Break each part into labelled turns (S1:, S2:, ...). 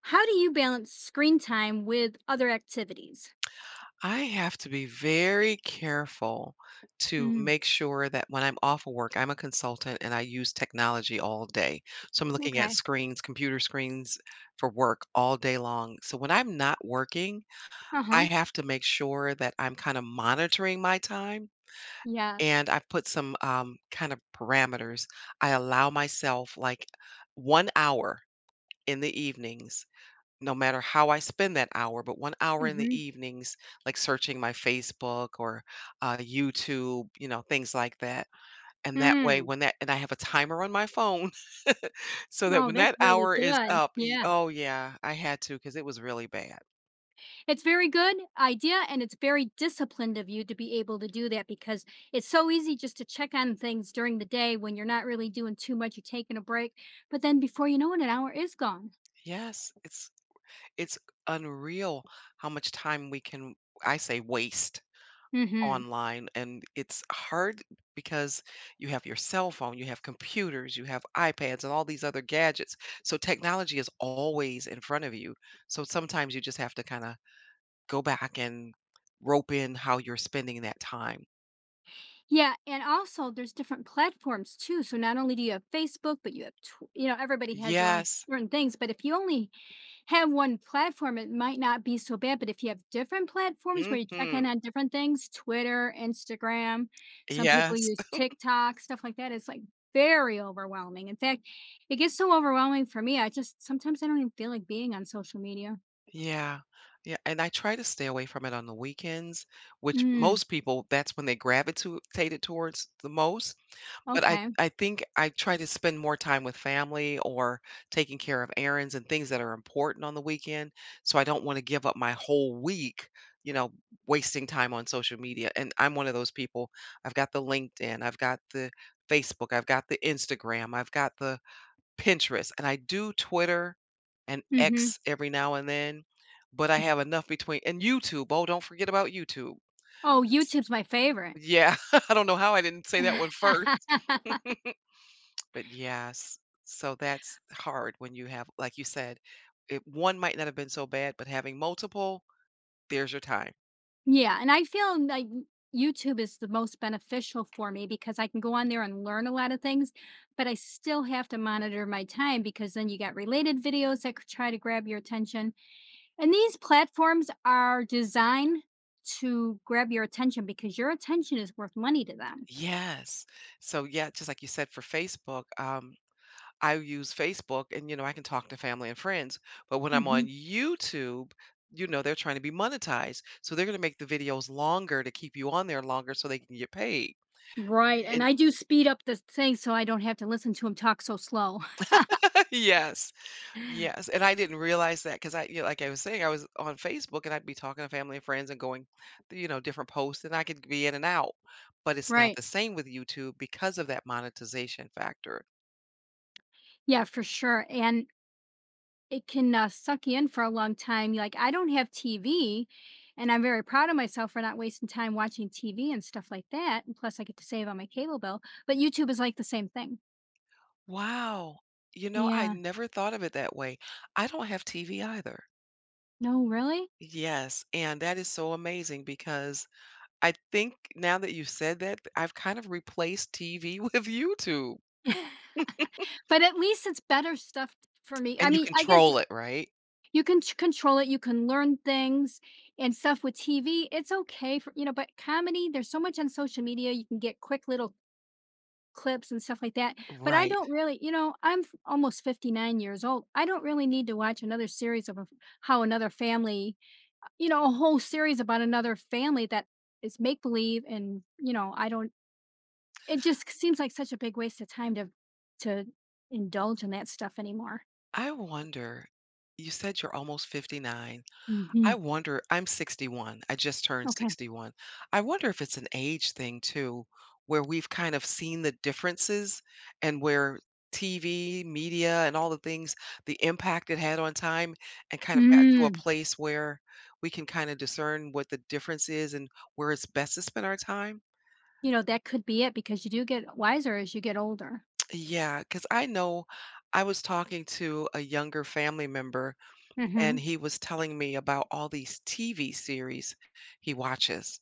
S1: How do you balance screen time with other activities?
S2: I have to be very careful to
S1: Mm,
S2: make sure that when I'm off of work, I'm a consultant and I use technology all day. So I'm looking at
S1: okay.
S2: screens, computer screens for work all day long. So when I'm not working, I
S1: Uh-huh.
S2: have to make sure that I'm kind of monitoring my time
S1: Yes.
S2: and I've put some kind of parameters. I allow myself like 1 hour in the evenings no matter how I spend that hour, but 1 hour in the
S1: Mhm.
S2: evenings, like, searching my Facebook or, YouTube, you know, things like that, and that way,
S1: Mm.
S2: when that and I have a timer on my phone so that
S1: Oh,
S2: when
S1: that's
S2: that
S1: really
S2: hour is
S1: good.
S2: up y
S1: Yeah.
S2: oh, yeah, I had to because it was really bad.
S1: It's very good idea and it's very disciplined of you to be able to do that because it's so easy just to check on things during the day when you're not really doing too much, you're taking a break, but then before you know it an hour is gone.
S2: Yes, it's unreal how much time we can, I say, waste
S1: Mhm.
S2: online. And it's hard because you have your cell phone, you have computers, you have iPads and all these other gadgets. So technology is always in front of you. So sometimes you just have to kind of go back and rope in how you're spending that time.
S1: Yeah, and also there's different platforms too. So not only do you have Facebook, but you have you know everybody has their own
S2: Yes.
S1: certain things, but if you only have one platform, it might not be so bad. But if you have different platforms where you check
S2: Mhm.
S1: in on different things, Twitter, Instagram, some people
S2: Yes.
S1: use TikTok, stuff like that, it's like very overwhelming. In fact, it gets so overwhelming for me. I just sometimes I don't even feel like being on social media.
S2: Yeah. Yeah, and I try to stay away from it on the weekends, which
S1: Mm,
S2: most people, that's when they gravitate towards the most. But I
S1: okay.
S2: I think I try to spend more time with family or taking care of errands and things that are important on the weekend, so I don't wanna give up my whole week, you know, wasting time on social media. And I'm one of those people, I've got the LinkedIn, I've got the Facebook, I've got the Instagram, I've got the Pinterest, and I do Twitter and
S1: Hmm.
S2: X every now and then, but I have enough between, and YouTube, oh, don't forget about YouTube.
S1: Oh,
S2: It's,
S1: YouTube's my favorite.
S2: yeah, I don't know how I didn't say that one first. But yes, so that's hard when you have, like you said, it, one might not have been so bad, but having multiple, there's your time.
S1: Yeah, and I feel like YouTube is the most beneficial for me because I can go on there and learn a lot of things, but I still have to monitor my time because then you got related videos that could try to grab your attention. And these platforms are designed to grab your attention because your attention is worth money to them.
S2: Yes. So yeah, just like you said for Facebook, I use Facebook and you know I can talk to family and friends, but when I'm on
S1: Hmm.
S2: YouTube, you know they're trying to be monetized, so they're going to make the videos longer to keep you on there longer so they can get paid.
S1: Right. And
S2: And
S1: I do speed up the thing so I don't have to listen to him talk so slow.
S2: yes. Yes, and I didn't realize that because I, you know, like I was saying, I was on Facebook and I'd be talking to family and friends and going, th you know, different posts and I could be in and out, but it's not
S1: Right.
S2: the same with YouTube because of that monetization factor.
S1: Yeah, for sure. And it can suck you in for a long time. Like I don't have TV, and I'm very proud of myself for not wasting time watching TV and stuff like that. And plus, I get to save on my cable bill. But YouTube is like the same thing.
S2: Wow. You know, I
S1: Yeah.
S2: never thought of it that way. I don't have TV either.
S1: No, really.
S2: Yes, and that is so amazing because I think now that you've said that, I've kind of replaced TV with YouTube.
S1: But at least it's better stuff for me. I
S2: And you
S1: mean, I guess. You,
S2: control it, right?
S1: you can control it. You can learn things and stuff with TV. It's okay for, you know, but comedy, there's so much on social media. You can get quick little clips and stuff like that, but I
S2: Right.
S1: don't really you know, I'm f almost 59 years old. I don't really need to watch another series of how another family you know, a whole series about another family that is make believe and, you know, I don't it just seems like such a big waste of time to indulge in that stuff anymore.
S2: I wonder, you said you're almost 59. I
S1: Mhm.
S2: wonder, I'm 61. I just turned
S1: Okay.
S2: 61. I wonder if it's an age thing too, where we've kind of seen the differences and where TV, media, and all the things, the impact it had on time, and kind of gotten to a
S1: Mm.
S2: place where we can kind of discern what the difference is and where it's best to spend our time.
S1: You know, that could be it because you do get wiser as you get older.
S2: Yeah, because I know I was talking to a younger family member and
S1: Mhm.
S2: he was telling me about all these TV series he watches.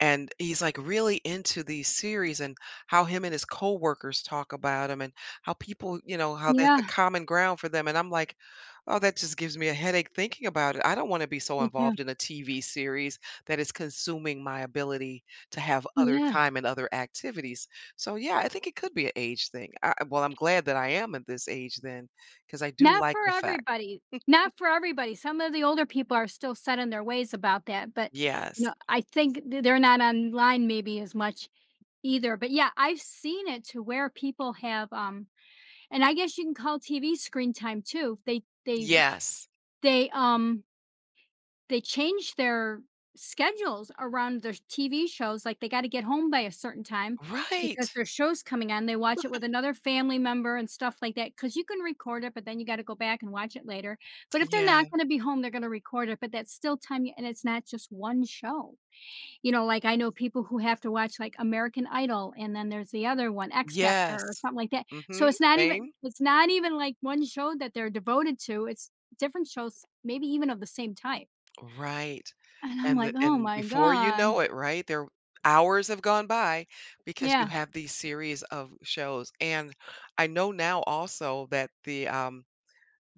S2: And he's like really into these series and how him and his coworkers talk about them and how people, you know, how that's a
S1: Yeah,
S2: common ground for them. And I'm like, oh, that just gives me a headache thinking about it. I don't want to be so
S1: me too.
S2: involved in a TV series that is consuming my ability to have other
S1: Yes.
S2: time and other activities. So, yeah, I think it could be an age thing. Well, I'm glad that I am at this age then because I do
S1: Not
S2: like
S1: for
S2: the fact.
S1: everybody. Not for everybody. Some of the older people are still set in their ways about that, but, you
S2: Yes.
S1: know, I think th they're not online maybe as much either, but yeah, I've seen it to where people have, and I guess you can call TV screen time too.
S2: Yes.
S1: They, um they change their schedules around their TV shows, like, they gotta get home by a certain time because
S2: Right.
S1: their show's coming on, they watch it with another family member and stuff like that. Because you can record it, but then you gotta go back and watch it later, but if they're
S2: Yeah.
S1: not gonna be home, they're gonna record it, but that's still time you and it's not just one show, you know, like, I know people who have to watch, like, American Idol, and then there's the other one, X Factor or
S2: Yes.
S1: something like that,
S2: Mhm.
S1: so it's not even
S2: Same.
S1: like, one show that they're devoted to, it's different shows, maybe even of the same type.
S2: Right.
S1: And I'm
S2: And
S1: like,
S2: the
S1: "Oh
S2: and
S1: my
S2: before you
S1: god."
S2: know it, right, there hours have gone by because you
S1: Yeah.
S2: have these series of shows. And I know now also that the,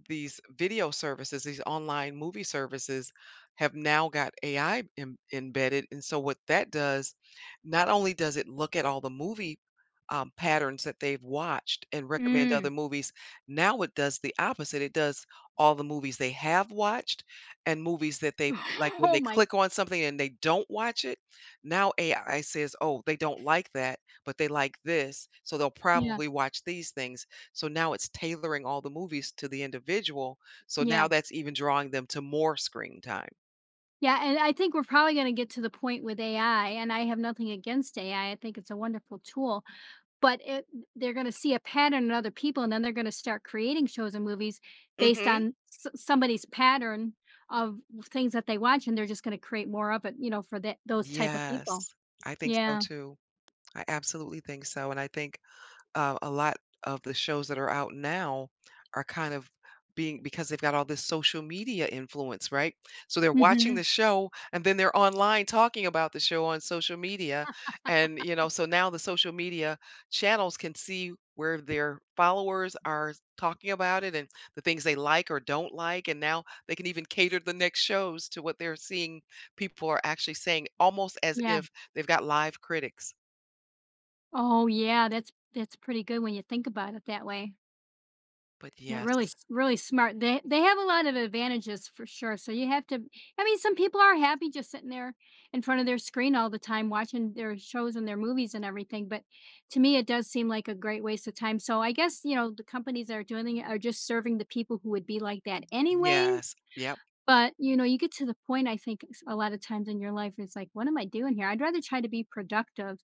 S2: these video services, these online movie services have now got AI embedded, and so what that does, not only does it look at all the movie, patterns that they've watched and recommend
S1: Mm.
S2: other movies, now it does the opposite. It does all the movies they have watched and movies that they like, when
S1: Oh
S2: they
S1: my
S2: click on something and they don't watch it, now AI says, "Oh, they don't like that, but they like this, so they'll
S1: yeah,
S2: probably watch these things." So now it's tailoring all the movies to the individual. So
S1: yeah.
S2: now that's even drawing them to more screen time.
S1: Yeah, and I think we're probably gonna get to the point with AI, and I have nothing against AI, I think it's a wonderful tool, but it they're gonna see a pattern in other people, and then they're gonna start creating shows and movies based
S2: Mhm.
S1: on s somebody's pattern of things that they watch, and they're just gonna create more of it, you know, for that those type of
S2: Yes,
S1: people.
S2: I think so
S1: Yeah.
S2: too. I absolutely think so, and I think a lot of the shows that are out now are kind of being, because they've got all this social media influence, right? So they're watching
S1: Mhm.
S2: the show and then they're online talking about the show on social media. And, you know, so now the social media channels can see where their followers are talking about it and the things they like or don't like. And now they can even cater the next shows to what they're seeing people are actually saying, almost as
S1: Yeah.
S2: if they've got live critics.
S1: Oh, yeah, that's pretty good when you think about it that way.
S2: But
S1: Yeah, really,
S2: yes,
S1: s really smart. They have a lot of advantages for sure, so you have to I mean, some people are happy just sitting there in front of their screen all the time watching their shows and their movies and everything, but to me, it does seem like a great waste of time, so I guess, you know, the companies that are doing it are just serving the people who would be like that anyways,
S2: yes, yep.
S1: but, you know, you get to the point, I think, s a lot of times in your life, it's like, "What am I doing here?" I'd rather try to be productive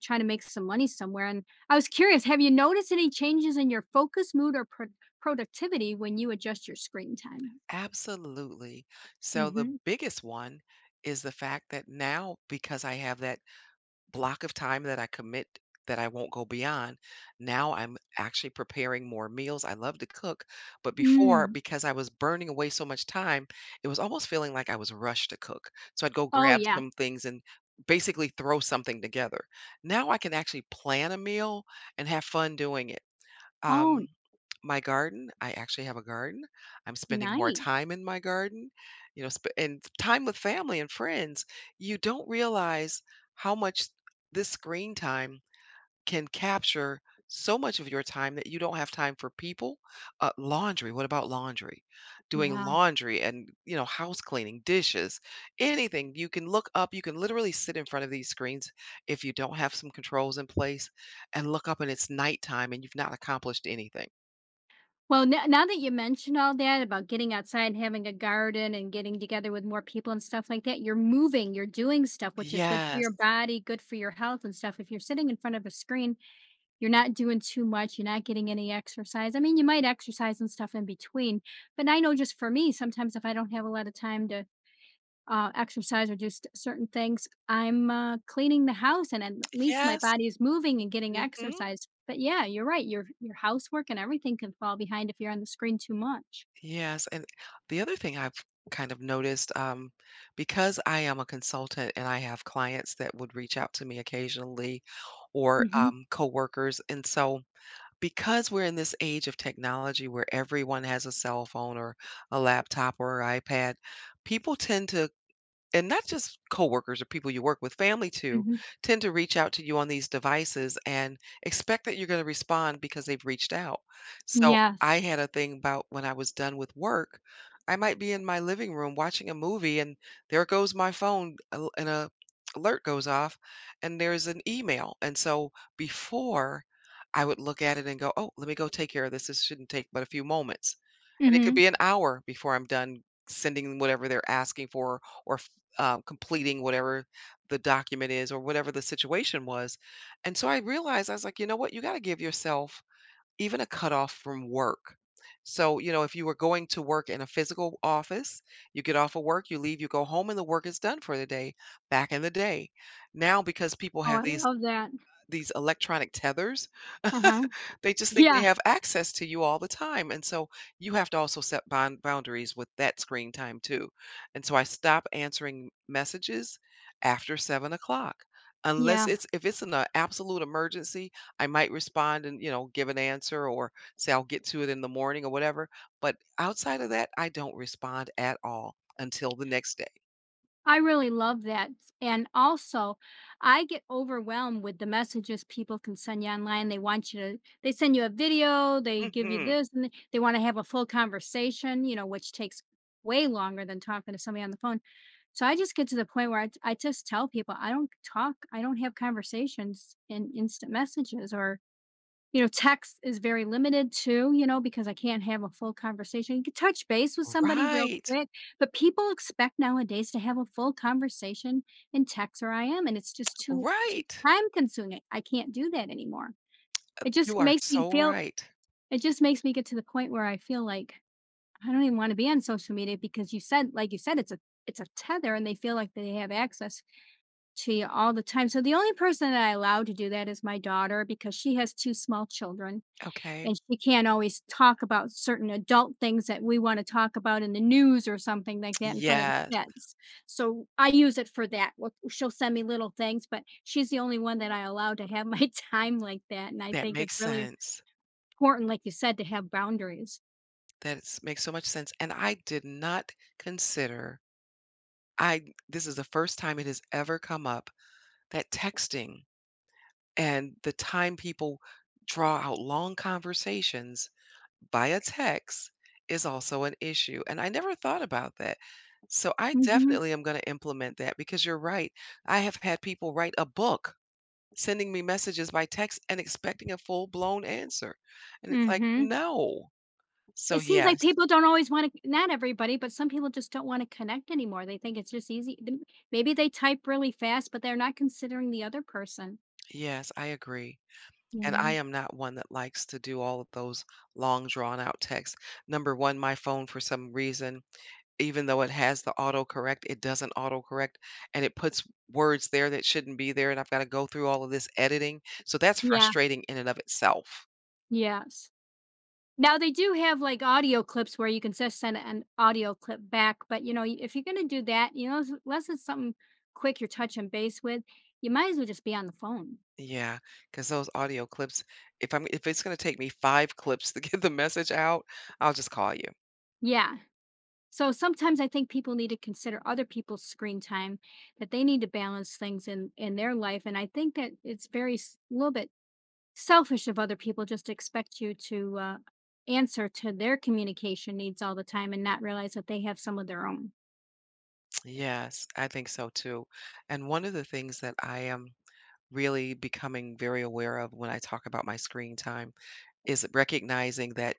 S1: trying to make some money somewhere. And I was curious, have you noticed any changes in your focus, mood, or productivity when you adjust your screen time?
S2: Absolutely. So the
S1: Hmm.
S2: biggest one is the fact that now, because I have that block of time that I commit, that I won't go beyond, now I'm actually preparing more meals. I love to cook, but before,
S1: Mm.
S2: because I was burning away so much time, it was almost feeling like I was rushed to cook. So I'd go
S1: Oh,
S2: grab
S1: yeah.
S2: some things and basically throw something together. Now I can actually plan a meal and have fun doing it.
S1: Oh,
S2: Um, my garden, I actually have a garden. I'm spending more
S1: nice.
S2: time in my garden, you know, and time with family and friends. You don't realize how much this screen time can capture so much of your time that you don't have time for people. Laundry, what about laundry? Doing
S1: Yeah.
S2: laundry and, you know, house cleaning, dishes, anything. You can look up, you can literally sit in front of these screens, if you don't have some controls in place, and look up and it's nighttime and you've not accomplished anything.
S1: Well, now that you mentioned all that about getting outside having a garden and getting together with more people and stuff like that, you're moving, you're doing stuff, which is good for
S2: Yes.
S1: your body, good for your health and stuff. If you're sitting in front of a screen, you're not doing too much, you're not getting any exercise. I mean, you might exercise and stuff in between, but I know just for me, sometimes if I don't have a lot of time to exercise or do certain things, I'm cleaning the house, and at least my
S2: Yes.
S1: body is moving and getting
S2: Hmm.
S1: exercise. But yeah, you're right. Your housework and everything can fall behind if you're on the screen too much.
S2: Yes, and the other thing I've kind of noticed, because I am a consultant and I have clients that would reach out to me occasionally or
S1: Hmm.
S2: coworkers, and so because we're in this age of technology where everyone has a cell phone or a laptop or iPad, people tend to, and not just coworkers or people you work with, family too,
S1: Hmm.
S2: tend to reach out to you on these devices and expect that you're going to respond because they've reached out. So
S1: Yeah.
S2: I had a thing about when I was done with work, I might be in my living room watching a movie, and there goes my phone, and a alert goes off, and there's an email. And so before I would look at it and go, "Oh, let me go take care of this. This shouldn't take but a few moments." And it could
S1: Hmm.
S2: be an hour before I'm done sending whatever they're asking for completing whatever the document is or whatever the situation was. And so I realized, I was like, you know what? You got to give yourself even a cutoff from work. So, you know, if you were going to work in a physical office, you get off of work, you leave, you go home, and the work is done for the day, back in the day. Now, because people
S1: Oh,
S2: have
S1: I love that.
S2: these electronic tethers,
S1: Uh huh.
S2: they just think they
S1: Yeah.
S2: have access to you all the time, and so you have to also set boundaries with that screen time too. And so I stop answering messages after 7 o'clock,
S1: Yeah.
S2: unless it's if it's an, absolute emergency, I might respond and, you know, give an answer or say I'll get to it in the morning or whatever, but outside of that, I don't respond at all until the next day.
S1: I really love that. And also, I get overwhelmed with the messages people can send you online. They want you to, they send you a video, they give you
S2: Mhm.
S1: this, and they want to have a full conversation, you know, which takes way longer than talking to somebody on the phone. So I just get to the point where I just tell people I don't talk, I don't have conversations in instant messages or you know, text is very limited too, you know, because I can't have a full conversation. You can touch base with somebody real
S2: Right.
S1: quick, but people expect nowadays to have a full conversation in text or IM, and it's just too
S2: Right.
S1: time consuming. I can't do that anymore. It
S2: You
S1: just
S2: are
S1: makes me
S2: so
S1: feel
S2: right.
S1: it just makes me get to the point where I feel like I don't even want to be on social media because you said like you said it's a tether and they feel like they have access to you all the time. So the only person that I allow to do that is my daughter because she has two small children
S2: Okay.
S1: and she can't always talk about certain adult things that we wanna talk about in the news or something like that in front of the
S2: Yes.
S1: kids. So, I use it for that. Well, she'll send me little things, but she's the only one that I allow to have my time like that, and I
S2: That
S1: think it's
S2: makes
S1: really
S2: sense.
S1: important, like you said, to have boundaries.
S2: That s makes so much sense, and I did not consider, I this is the first time it has ever come up that texting and the time people draw out long conversations via text is also an issue, and I never thought about that. So I
S1: Mhm,
S2: definitely am gonna implement that because you're right. I have had people write a book sending me messages by text and expecting a full-blown answer, and it's like,
S1: mhm.
S2: "No." So
S1: It seems like
S2: yes,
S1: people don't always wanna not everybody, but some people just don't wanna connect anymore. They think it's just easy th maybe they type really fast, but they're not considering the other person,
S2: yes, I agree.
S1: you
S2: And I
S1: know?
S2: am not one that likes to do all of those long drawn out texts. Number one, my phone for some reason, even though it has the autocorrect, it doesn't autocorrect and it puts words there that shouldn't be there. And I've got to go through all of this editing. So that's
S1: Yeah,
S2: frustrating in and of itself.
S1: yes. Now they do have, like, audio clips where you can just send an audio clip back, but, you know, if you're gonna do that, you know, s unless it's something quick you're touching base with, you might as well just be on the phone.
S2: Yeah, because those audio clips, if it's gonna take me 5 clips to get the message out, I'll just call you.
S1: Yeah. So sometimes I think people need to consider other people's screen time, that they need to balance things in their life, and I think that it's very s little bit selfish of other people just to expect you to, answer to their communication needs all the time and not realize that they have some of their own.
S2: Yes, I think so too. And one of the things that I am really becoming very aware of when I talk about my screen time is recognizing that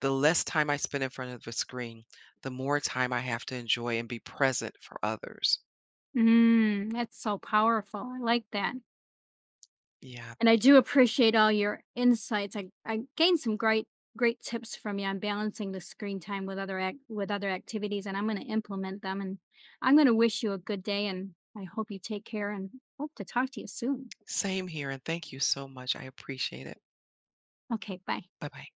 S2: the less time I spend in front of the screen, the more time I have to enjoy and be present for others.
S1: Mm, that's so powerful. I like that.
S2: Yeah,
S1: And I do appreciate all your insights. I gained some great tips from you on balancing the screen time with other with other activities, and I'm going to implement them. And I'm going to wish you a good day, and I hope you take care, and hope to talk to you soon.
S2: same here. And thank you so much. I appreciate it.
S1: Okay, bye.
S2: Bye bye.